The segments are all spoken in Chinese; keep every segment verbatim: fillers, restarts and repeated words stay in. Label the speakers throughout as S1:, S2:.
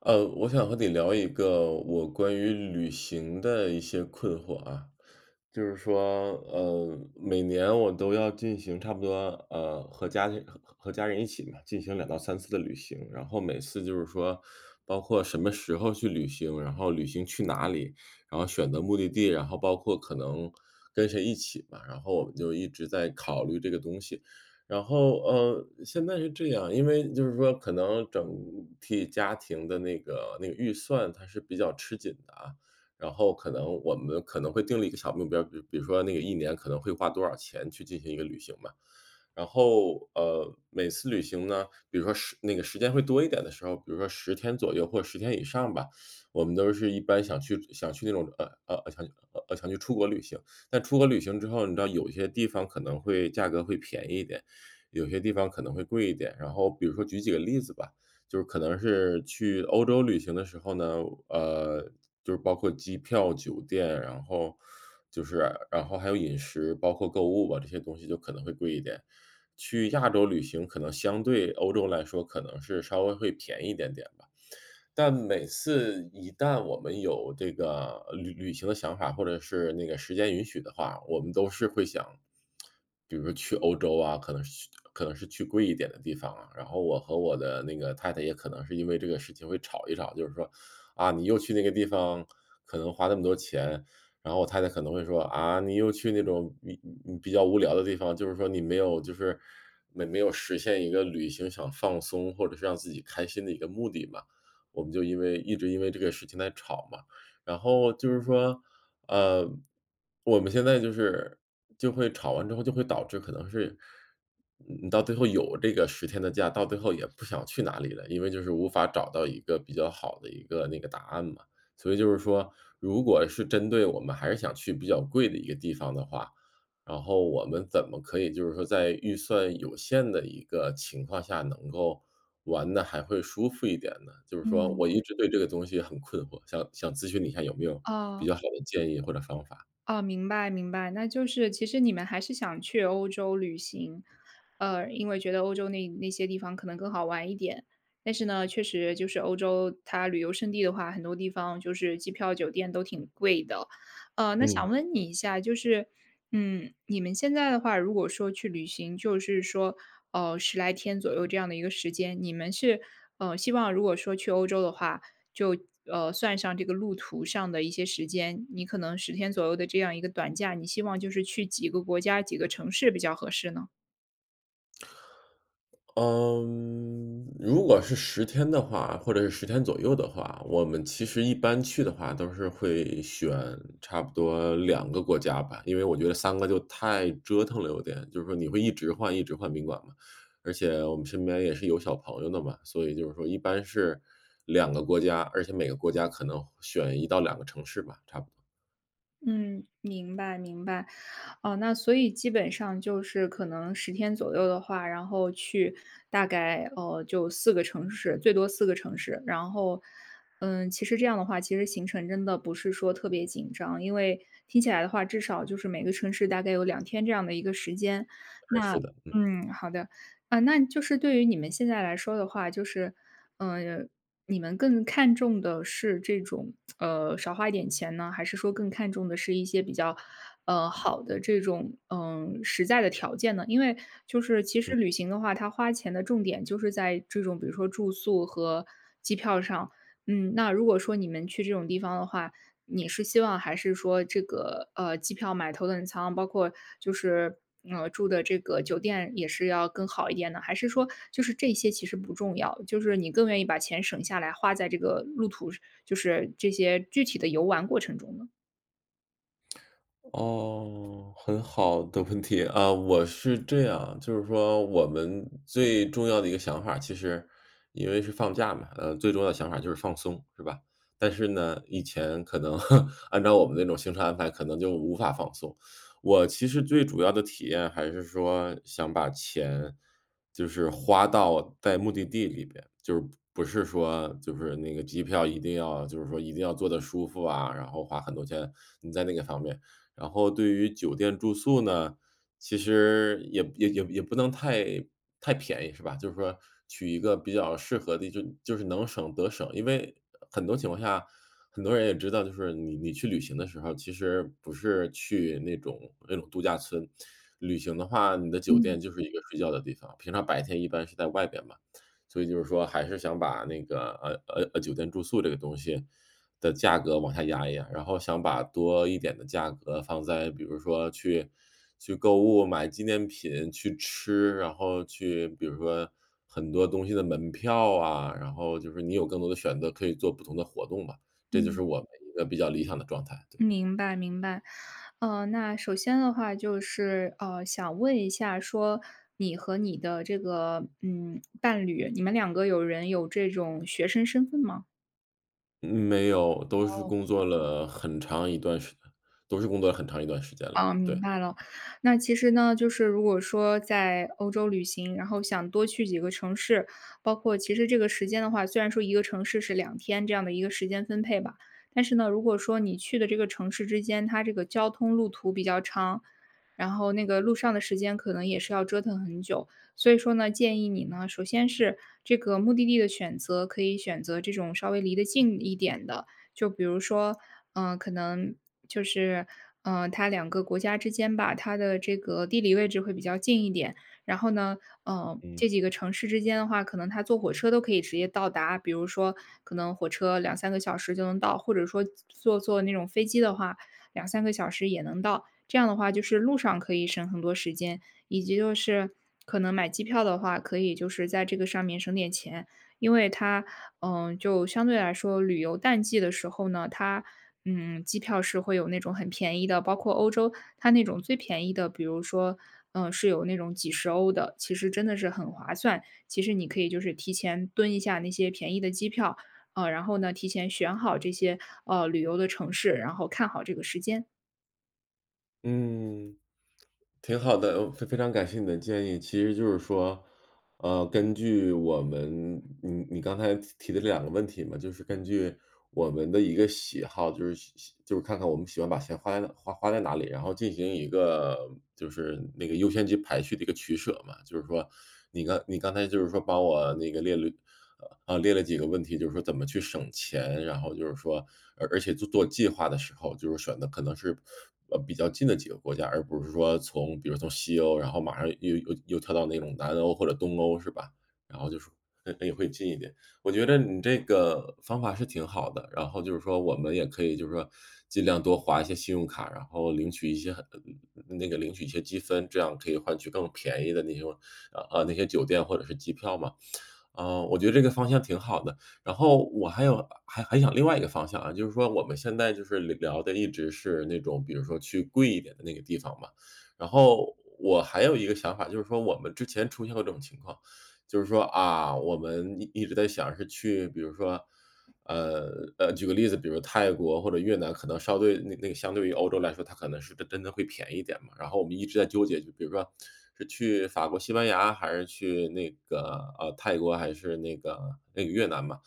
S1: 呃，我想和你聊一个我关于旅行的一些困惑啊，就是说，呃，每年我都要进行差不多，呃，和家庭和和家人一起嘛，进行两到三次的旅行，然后每次就是说，包括什么时候去旅行，然后旅行去哪里，然后选择目的地，然后包括可能跟谁一起嘛，然后我们就一直在考虑这个东西。然后，呃，现在是这样，因为就是说可能整体家庭的那个那个预算它是比较吃紧的啊，然后可能我们可能会定了一个小目标，比比如说那个一年可能会花多少钱去进行一个旅行嘛。然后，呃，每次旅行呢，比如说时那个时间会多一点的时候，比如说十天左右或者十天以上吧，我们都是一般想去想去那种，呃，呃，呃想去呃，呃想去出国旅行。但出国旅行之后，你知道有一些地方可能会价格会便宜一点，有些地方可能会贵一点。然后比如说举几个例子吧，就是可能是去欧洲旅行的时候呢，呃，就是包括机票、酒店，然后就是然后还有饮食，包括购物吧，这些东西就可能会贵一点。去亚洲旅行可能相对欧洲来说，可能是稍微会便宜一点点吧。但每次一旦我们有这个旅旅行的想法，或者是那个时间允许的话，我们都是会想，比如说去欧洲啊，可能是去可能是去贵一点的地方啊。然后我和我的那个太太也可能是因为这个事情会吵一吵，就是说，啊，你又去那个地方，可能花那么多钱。然后我太太可能会说，啊，你又去那种比嗯比较无聊的地方，就是说你没有就是没没有实现一个旅行想放松或者是让自己开心的一个目的嘛。我们就因为一直因为这个事情在吵嘛。然后就是说，呃，我们现在就是就会吵完之后，就会导致可能是嗯你到最后有这个十天的假，到最后也不想去哪里了，因为就是无法找到一个比较好的一个那个答案嘛。所以就是说，如果是针对我们还是想去比较贵的一个地方的话，然后我们怎么可以就是说在预算有限的一个情况下，能够玩的还会舒服一点呢？就是说
S2: 嗯，
S1: 我一直对这个东西很困惑，想想咨询你一下有没有比
S2: 哦，
S1: 较好的建议或者方法。
S2: 哦，明白明白，那就是其实你们还是想去欧洲旅行，呃，因为觉得欧洲那那些地方可能更好玩一点。但是呢，确实就是欧洲它旅游胜地的话，很多地方就是机票、酒店都挺贵的。呃，那想
S1: 嗯。
S2: 问你一下，就是，嗯，你们现在的话，如果说去旅行，就是说，呃，十来天左右这样的一个时间，你们是，呃，希望如果说去欧洲的话，就呃算上这个路途上的一些时间，你可能十天左右的这样一个短假，你希望就是去几个国家、几个城市比较合适呢？
S1: 嗯，如果是十天的话，或者是十天左右的话，我们其实一般去的话都是会选差不多两个国家吧，因为我觉得三个就太折腾了有点，就是说你会一直换一直换宾馆嘛，而且我们身边也是有小朋友的嘛，所以就是说一般是两个国家，而且每个国家可能选一到两个城市吧，差不多，
S2: 嗯，明白明白。哦，那所以基本上就是可能十天左右的话，然后去大概，呃，就四个城市，最多四个城市。然后，嗯，其实这样的话，其实行程真的不是说特别紧张，因为听起来的话，至少就是每个城市大概有两天这样的一个时间。
S1: 哎，
S2: 那
S1: 是的。
S2: 嗯，好的。啊，那就是对于你们现在来说的话，就是，嗯。你们更看重的是这种，呃，少花一点钱呢，还是说更看重的是一些比较，呃，好的这种，嗯，实在的条件呢？因为就是其实旅行的话，它花钱的重点就是在这种比如说住宿和机票上。嗯，那如果说你们去这种地方的话，你是希望还是说这个，呃，机票买头等舱，包括就是，呃，住的这个酒店也是要更好一点呢？还是说就是这些其实不重要，就是你更愿意把钱省下来花在这个路途就是这些具体的游玩过程中呢？
S1: 哦，很好的问题啊，我是这样，就是说我们最重要的一个想法，其实因为是放假嘛，呃，最重要的想法就是放松，是吧？但是呢，以前可能 按照我们那种行程安排，可能就无法放松。我其实最主要的体验还是说，想把钱就是花到在目的地里边，就是不是说就是那个机票一定要就是说一定要坐的舒服啊，然后花很多钱，你在那个方面。然后对于酒店住宿呢，其实也也也也不能太太便宜，是吧？就是说取一个比较适合的，就就是能省得省。因为很多情况下，很多人也知道，就是你你去旅行的时候，其实不是去那种那种度假村，旅行的话，你的酒
S2: 嗯
S1: 店就是一个睡觉的地方，平常白天一般是在外边嘛。所以就是说，还是想把那个呃呃呃酒店住宿这个东西，的价格往下压一压，然后想把多一点的价格放在比如说去去购物、买纪念品、去吃，然后去比如说很多东西的门票啊，然后就是你有更多的选择，可以做不同的活动吧。这就
S2: 嗯。
S1: 是我们一个比较理想的状态，对。
S2: 明白明白。呃，那首先的话就是，呃，想问一下说你和你的这个，嗯，伴侣，你们两个有人有这种学生身份吗？
S1: 嗯没有，都是工作了很长一段时都是工作了很长一段时间了，
S2: 啊，明
S1: 对。
S2: 白了。那其实呢，就是如果说在欧洲旅行，然后想多去几个城市，包括其实这个时间的话，虽然说一个城市是两天这样的一个时间分配吧，但是呢，如果说你去的这个城市之间，它这个交通路途比较长，然后那个路上的时间可能也是要折腾很久。所以说呢，建议你呢，首先是这个目的地的选择，可以选择这种稍微离得近一点的，就比如说，嗯，可能就是，嗯，呃它两个国家之间吧，它的这个地理位置会比较近一点。然后呢，嗯，
S1: 嗯。
S2: 这几个城市之间的话，可能它坐火车都可以直接到达，比如说可能火车两三个小时就能到，或者说坐坐那种飞机的话，两三个小时也能到。这样的话，就是路上可以省很多时间，以及就是可能买机票的话，可以就是在这个上面省点钱，因为它嗯，就相对来说，旅游淡季的时候呢，它，嗯，机票是会有那种很便宜的，包括欧洲，它那种最便宜的，比如说，嗯，是有那种几十欧的，其实真的是很划算。其实你可以就是提前蹲一下那些便宜的机票，呃，然后呢，提前选好这些呃旅游的城市，然后看好这个时间。
S1: 嗯。挺好的，呃非非常感谢你的建议。其实就是说，呃，根据我们你你刚才提提的这两个问题嘛，就是根据我们的一个喜好，就是喜喜就是看看我们喜欢把钱花在哪花花在哪里，然后进行一个就是那个优先级排序的一个取舍嘛。就是说，你刚你刚才就是说帮我那个列了啊，列了几个问题，就是说怎么去省钱，然后就是说，而而且做做计划的时候，就是选的可能是，呃，比较近的几个国家，而不是说从比如从西欧，然后马上又又又跳到那种南欧或者东欧，是吧？然后就是那那 也会近一点。我觉得你这个方法是挺好的，然后就是说我们也可以就是说尽量多划一些信用卡，然后领取一些很那个领取一些积分，这样可以换取更便宜的那些啊啊那些酒店或者是机票嘛。呃，我觉得这个方向挺好的。然后我还有还还想另外一个方向啊，就是说我们现在就是聊的一直是那种比如说去贵一点的那个地方嘛。然后我还有一个想法，就是说我们之前出现过这种情况，就是说啊，我们一一直在想是去比如说呃呃，举个例子，比如泰国或者越南，可能稍对那那个相对于欧洲来说，它可能是真真的会便宜一点嘛。然后我们一直在纠结，就比如说是去法国、西班牙，还是去那个呃泰国，还是那个那个越南嘛。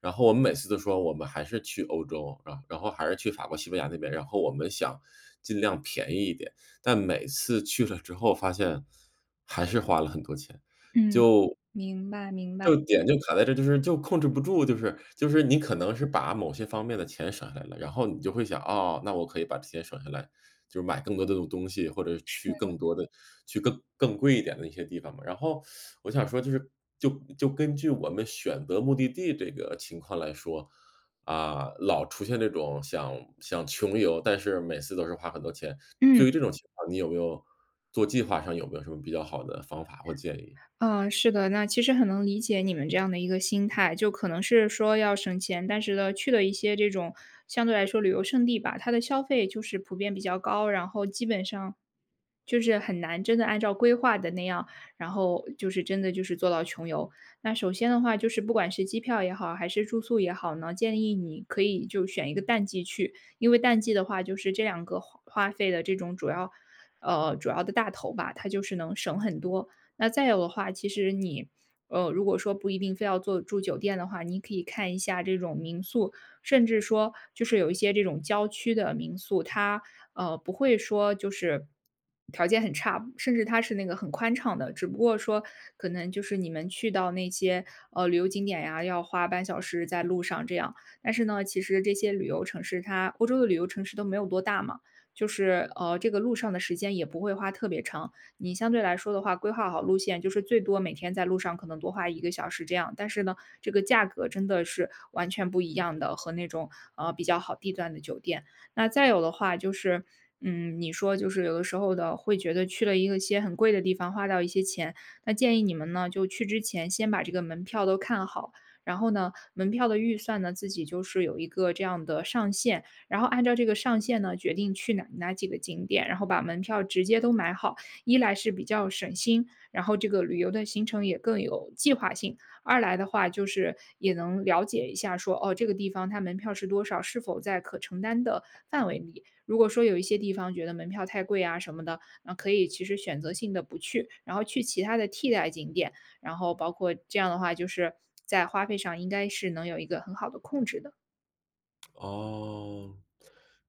S1: 然后我们每次都说我们还是去欧洲，然后然后还是去法国、西班牙那边，然后我们想尽量便宜一点，但每次去了之后发现还是花了很多钱。
S2: 嗯，
S1: 就
S2: 明白明白。
S1: 就点就卡在这儿，就是就控制不住，就是就是你可能是把某些方面的钱省下来了，然后你就会想，哦，那我可以把这些省下来，就是买更多的东西，或者去更多的去更更贵一点的一些地方嘛。然后我想说，就是就就根据我们选择目的地这个情况来说，啊，老出现这种想想穷游，但是每次都是花很多钱，
S2: 嗯。
S1: 对于这种情况，你有没有做计划上有没有什么比较好的方法或建议？
S2: 嗯，是的，那其实很能理解你们这样的一个心态，就可能是说要省钱，但是呢，去了一些这种相对来说旅游胜地吧，它的消费就是普遍比较高，然后基本上就是很难真的按照规划的那样，然后就是真的就是做到穷游。那首先的话，就是不管是机票也好，还是住宿也好呢，建议你可以就选一个淡季去，因为淡季的话，就是这两个花花费的这种主要。呃，主要的大头吧，它就是能省很多。那再有的话，其实你，呃，如果说不一定非要做住酒店的话，你可以看一下这种民宿，甚至说就是有一些这种郊区的民宿，它呃不会说就是条件很差，甚至它是那个很宽敞的，只不过说可能就是你们去到那些呃旅游景点呀，要花半小时在路上这样。但是呢，其实这些旅游城市它欧洲的旅游城市都没有多大嘛，就是呃这个路上的时间也不会花特别长。你相对来说的话，规划好路线，就是最多每天在路上可能多花一个小时这样。但是呢，这个价格真的是完全不一样的，和那种，呃，比较好地段的酒店。那再有的话就是，嗯，你说就是有的时候的会觉得去了一个些很贵的地方，花掉一些钱，那建议你们呢，就去之前先把这个门票都看好，然后呢，门票的预算呢，自己就是有一个这样的上限，然后按照这个上限呢，决定去哪哪几个景点，然后把门票直接都买好。一来是比较省心，然后这个旅游的行程也更有计划性；二来的话，就是也能了解一下说，哦，这个地方它门票是多少，是否在可承担的范围里。如果说有一些地方觉得门票太贵啊什么的，那可以其实选择性的不去，然后去其他的替代景点，然后包括这样的话，就是在花费上应该是能有一个很好的控制的。
S1: 哦，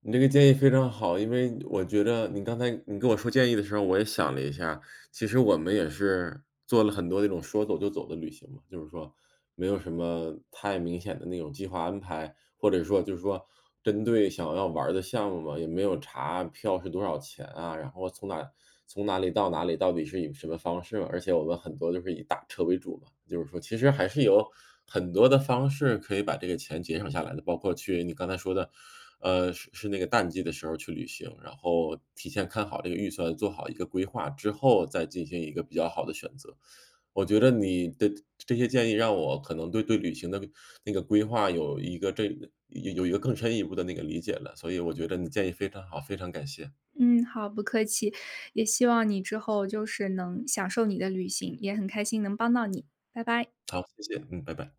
S1: 你这个建议非常好，因为我觉得你刚才你跟我说建议的时候，我也想了一下，其实我们也是做了很多那种说走就走的旅行嘛，就是说没有什么太明显的那种计划安排，或者说就是说针对想要玩儿的项目嘛，也没有查票是多少钱啊，然后从哪从哪里到哪里到底是以什么方式嘛，而且我们很多就是以打车为主嘛，就是说其实还是有很多的方式可以把这个钱节省下来的，包括去你刚才说的呃，是是那个淡季的时候去旅行，然后提前看好这个预算，做好一个规划之后，再进行一个比较好的选择。我觉得你的这些建议让我可能对对旅行的那个规划有一个这有有一个更深一步的那个理解了，所以我觉得你建议非常好，非常感谢。
S2: 嗯，好，不客气，也希望你之后就是能享受你的旅行，也很开心能帮到你，拜拜。
S1: 好，谢谢，嗯，拜拜。